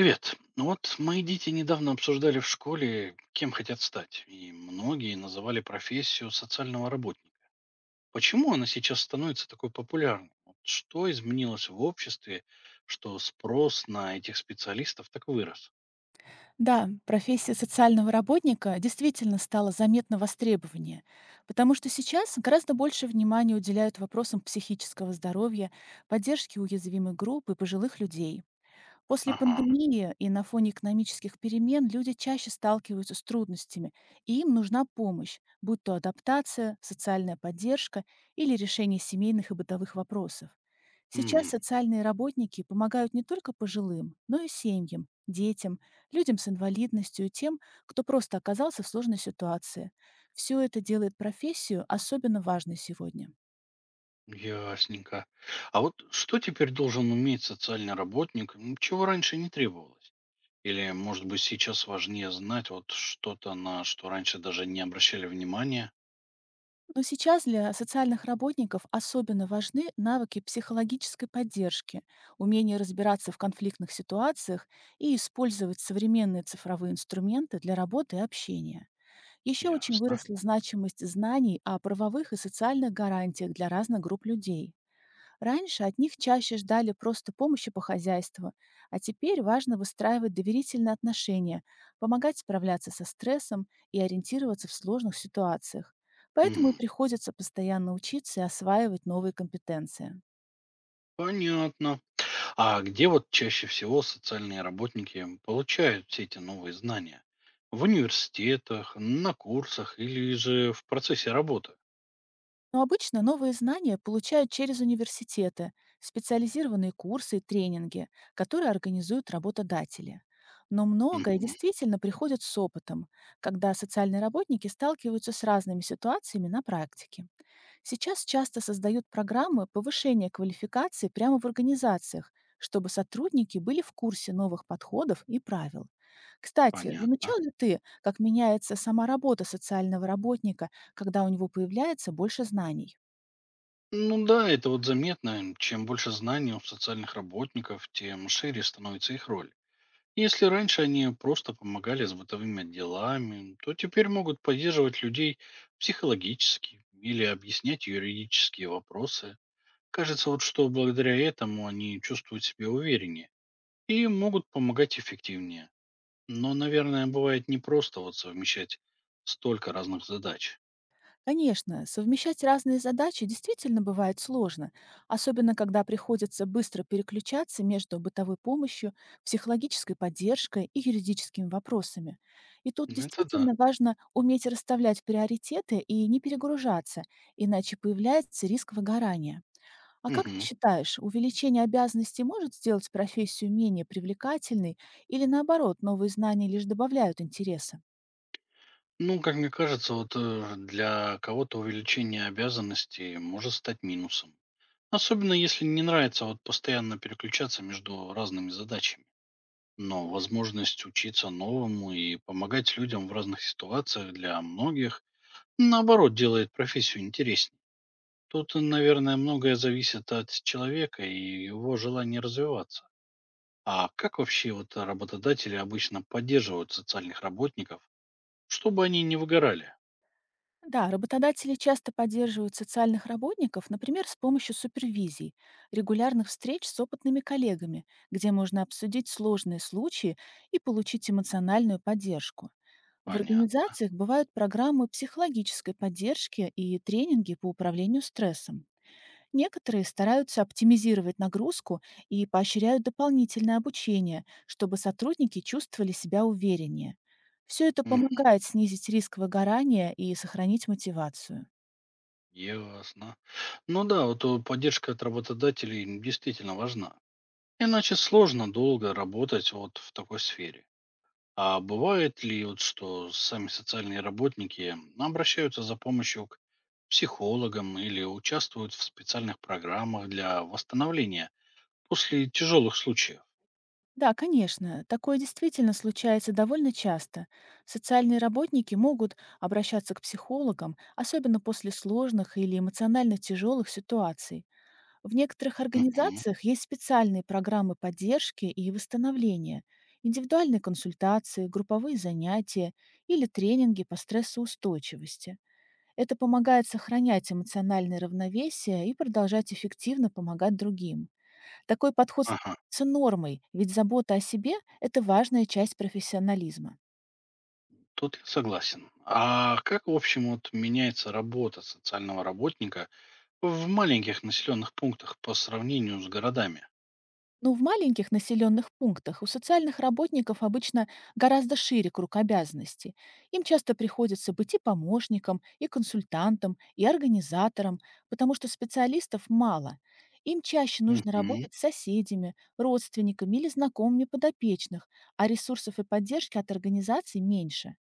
Привет. Ну вот мои дети недавно обсуждали в школе, кем хотят стать. И многие называли профессию социального работника. Почему она сейчас становится такой популярной? Вот что изменилось в обществе, что спрос на этих специалистов так вырос? Да, профессия социального работника действительно стала заметно востребованнее, потому что сейчас гораздо больше внимания уделяют вопросам психического здоровья, поддержки уязвимых групп и пожилых людей. После Ага. пандемии и на фоне экономических перемен люди чаще сталкиваются с трудностями, и им нужна помощь, будь то адаптация, социальная поддержка или решение семейных и бытовых вопросов. Сейчас М, социальные работники помогают не только пожилым, но и семьям, детям, людям с инвалидностью и тем, кто просто оказался в сложной ситуации. Все это делает профессию особенно важной сегодня. Ясненько. А вот что теперь должен уметь социальный работник, чего раньше не требовалось? Или, может быть, сейчас важнее знать вот что-то, на что раньше даже не обращали внимания? Но сейчас для социальных работников особенно важны навыки психологической поддержки, умение разбираться в конфликтных ситуациях и использовать современные цифровые инструменты для работы и общения. Еще очень Ясно. выросла значимость знаний о правовых и социальных гарантиях для разных групп людей. Раньше от них чаще ждали просто помощи по хозяйству, а теперь важно выстраивать доверительные отношения, помогать справляться со стрессом и ориентироваться в сложных ситуациях. Поэтому и Мгм. приходится постоянно учиться и осваивать новые компетенции. Понятно. А где вот чаще всего социальные работники получают все эти новые знания? В университетах, на курсах или же в процессе работы? Но обычно новые знания получают через университеты, специализированные курсы и тренинги, которые организуют работодатели. Но многое Мгм. действительно приходит с опытом, когда социальные работники сталкиваются с разными ситуациями на практике. Сейчас часто создают программы повышения квалификации прямо в организациях, чтобы сотрудники были в курсе новых подходов и правил. Кстати, Понятно. замечал ли ты, как меняется сама работа социального работника, когда у него появляется больше знаний? Ну да, это вот заметно. Чем больше знаний у социальных работников, тем шире становится их роль. Если раньше они просто помогали с бытовыми делами, то теперь могут поддерживать людей психологически или объяснять юридические вопросы. Кажется, вот что благодаря этому они чувствуют себя увереннее и могут помогать эффективнее. Но, наверное, бывает непросто вот совмещать столько разных задач. Конечно, совмещать разные задачи действительно бывает сложно, особенно когда приходится быстро переключаться между бытовой помощью, психологической поддержкой и юридическими вопросами. И тут Ну, это да. действительно важно уметь расставлять приоритеты и не перегружаться, иначе появляется риск выгорания. А как ты Мгм. считаешь, увеличение обязанностей может сделать профессию менее привлекательной или наоборот, новые знания лишь добавляют интереса? Ну, как мне кажется, вот для кого-то увеличение обязанностей может стать минусом. Особенно если не нравится вот постоянно переключаться между разными задачами. Но возможность учиться новому и помогать людям в разных ситуациях для многих, наоборот, делает профессию интереснее. Тут, наверное, многое зависит от человека и его желания развиваться. А как вообще вот работодатели обычно поддерживают социальных работников, чтобы они не выгорали? Да, работодатели часто поддерживают социальных работников, например, с помощью супервизий, регулярных встреч с опытными коллегами, где можно обсудить сложные случаи и получить эмоциональную поддержку. В Понятно. организациях бывают программы психологической поддержки и тренинги по управлению стрессом. Некоторые стараются оптимизировать нагрузку и поощряют дополнительное обучение, чтобы сотрудники чувствовали себя увереннее. Все это Мгм. помогает снизить риск выгорания и сохранить мотивацию. Ясно. Ну да, вот поддержка от работодателей действительно важна. Иначе сложно долго работать вот в такой сфере. А бывает ли вот что сами социальные работники обращаются за помощью к психологам или участвуют в специальных программах для восстановления после тяжелых случаев? Да, конечно, такое действительно случается довольно часто. Социальные работники могут обращаться к психологам, особенно после сложных или эмоционально тяжелых ситуаций. В некоторых Мгм. организациях есть специальные программы поддержки и восстановления, индивидуальные консультации, групповые занятия или тренинги по стрессоустойчивости. Это помогает сохранять эмоциональное равновесие и продолжать эффективно помогать другим. Такой подход Ага, становится нормой, ведь забота о себе — это важная часть профессионализма. тут я согласен. А как, в общем, вот меняется работа социального работника в маленьких населенных пунктах по сравнению с городами? Но в маленьких населенных пунктах у социальных работников обычно гораздо шире круг обязанностей. Им часто приходится быть и помощником, и консультантом, и организатором, потому что специалистов мало. Им чаще нужно Угу. работать с соседями, родственниками или знакомыми подопечных, а ресурсов и поддержки от организаций меньше.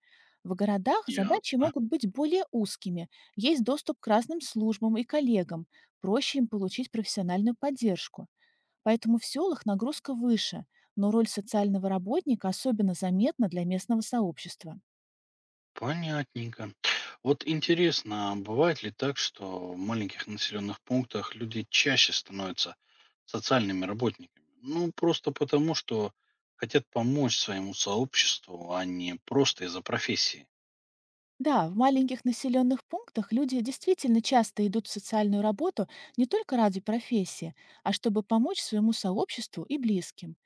В городах задачи могут быть более узкими, есть доступ к разным службам и коллегам, проще им получить профессиональную поддержку. Поэтому в селах нагрузка выше, но роль социального работника особенно заметна для местного сообщества. Понятненько. Вот интересно, а бывает ли так, что в маленьких населенных пунктах люди чаще становятся социальными работниками? Ну, просто потому, что хотят помочь своему сообществу, а не просто из-за профессии. Да, в маленьких населенных пунктах люди действительно часто идут в социальную работу не только ради профессии, а чтобы помочь своему сообществу и близким.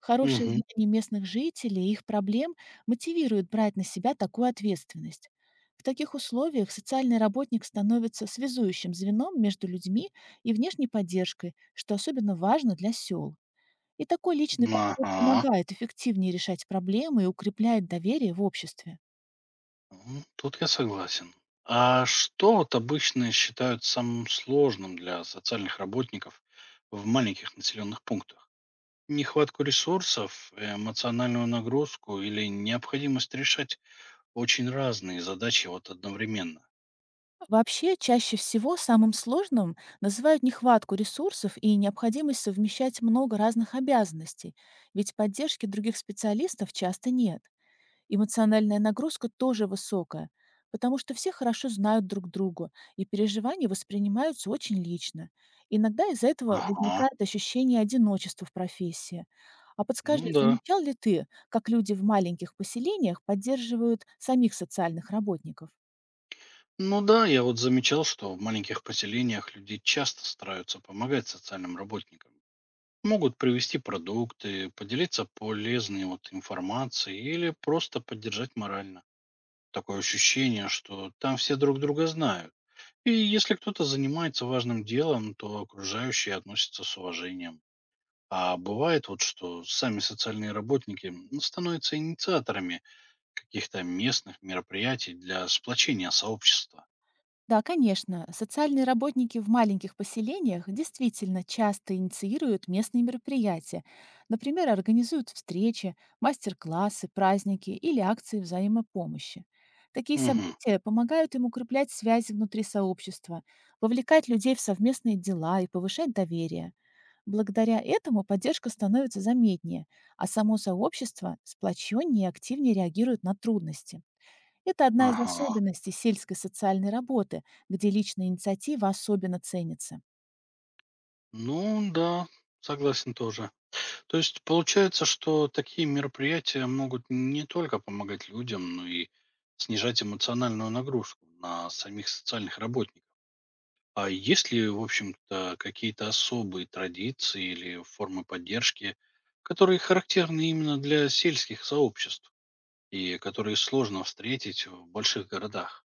Хорошее Угу. знание местных жителей и их проблем мотивирует брать на себя такую ответственность. В таких условиях социальный работник становится связующим звеном между людьми и внешней поддержкой, что особенно важно для сел. И такой личный подход Ага. помогает эффективнее решать проблемы и укрепляет доверие в обществе. Тут я согласен. А что вот обычно считают самым сложным для социальных работников в маленьких населенных пунктах? Нехватку ресурсов, эмоциональную нагрузку или необходимость решать очень разные задачи вот одновременно. Вообще, чаще всего самым сложным называют нехватку ресурсов и необходимость совмещать много разных обязанностей, ведь поддержки других специалистов часто нет. Эмоциональная нагрузка тоже высокая, потому что все хорошо знают друг друга, и переживания воспринимаются очень лично. Иногда из-за этого Ага. возникает ощущение одиночества в профессии. А Ну подскажи, да. замечал ли ты, как люди в маленьких поселениях поддерживают самих социальных работников? Ну да, я вот замечал, что в маленьких поселениях люди часто стараются помогать социальным работникам. Могут привезти продукты, поделиться полезной вот информацией или просто поддержать морально. Такое ощущение, что там все друг друга знают. И если кто-то занимается важным делом, то окружающие относятся с уважением. А бывает вот, что сами социальные работники ну, становятся инициаторами каких-то местных мероприятий для сплочения сообщества. Да, конечно. Социальные работники в маленьких поселениях действительно часто инициируют местные мероприятия. Например, организуют встречи, мастер-классы, праздники или акции взаимопомощи. Такие Мгм. события помогают им укреплять связи внутри сообщества, вовлекать людей в совместные дела и повышать доверие. Благодаря этому поддержка становится заметнее, а само сообщество сплоченнее и активнее реагирует на трудности. Это одна из Ага. особенностей сельской социальной работы, где личная инициатива особенно ценится. Ну да, согласен тоже. То есть получается, что такие мероприятия могут не только помогать людям, но и снижать эмоциональную нагрузку на самих социальных работников. А есть ли, в общем-то, какие-то особые традиции или формы поддержки, которые характерны именно для сельских сообществ и которые сложно встретить в больших городах?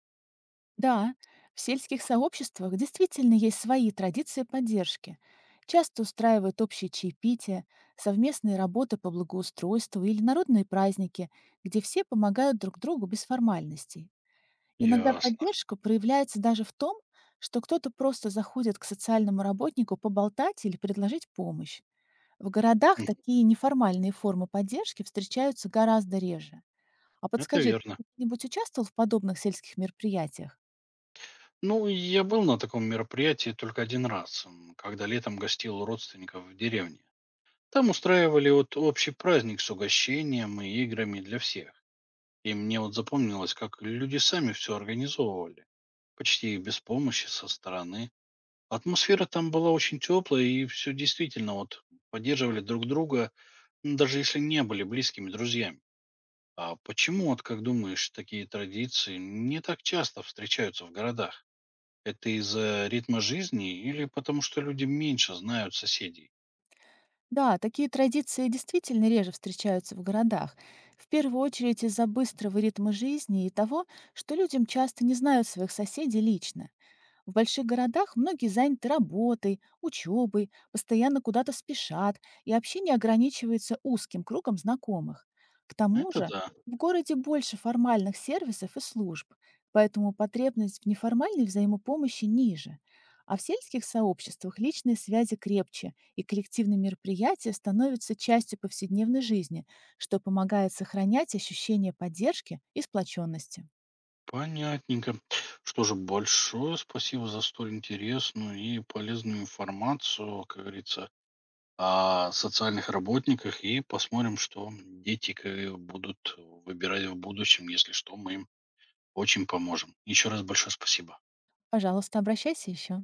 Да, в сельских сообществах действительно есть свои традиции поддержки. Часто устраивают общие чаепития, совместные работы по благоустройству или народные праздники, где все помогают друг другу без формальностей. Иногда Ясно. поддержка проявляется даже в том, что кто-то просто заходит к социальному работнику поболтать или предложить помощь. В городах М, такие неформальные формы поддержки встречаются гораздо реже. А Это подскажи, верно. ты нибудь участвовал в подобных сельских мероприятиях? Ну, я был на таком мероприятии только один раз, когда летом гостил у родственников в деревне. Там устраивали вот общий праздник с угощением и играми для всех. И мне вот запомнилось, как люди сами все организовывали, почти без помощи со стороны. Атмосфера там была очень теплая, и все действительно вот поддерживали друг друга, даже если не были близкими друзьями. А почему, вот как думаешь, такие традиции не так часто встречаются в городах? Это из-за ритма жизни или потому что люди меньше знают соседей? Да, такие традиции действительно реже встречаются в городах. В первую очередь из-за быстрого ритма жизни и того, что людям часто не знают своих соседей лично. В больших городах многие заняты работой, учебой, постоянно куда-то спешат, и общение ограничивается узким кругом знакомых. К тому Это же да, в городе больше формальных сервисов и служб, поэтому потребность в неформальной взаимопомощи ниже. А в сельских сообществах личные связи крепче, и коллективные мероприятия становятся частью повседневной жизни, что помогает сохранять ощущение поддержки и сплоченности. понятненько. Что же, большое спасибо за столь интересную и полезную информацию, как говорится, о социальных работниках и посмотрим, что дети будут выбирать в будущем. Если что, мы им очень поможем. Еще раз большое спасибо. Пожалуйста, обращайся еще.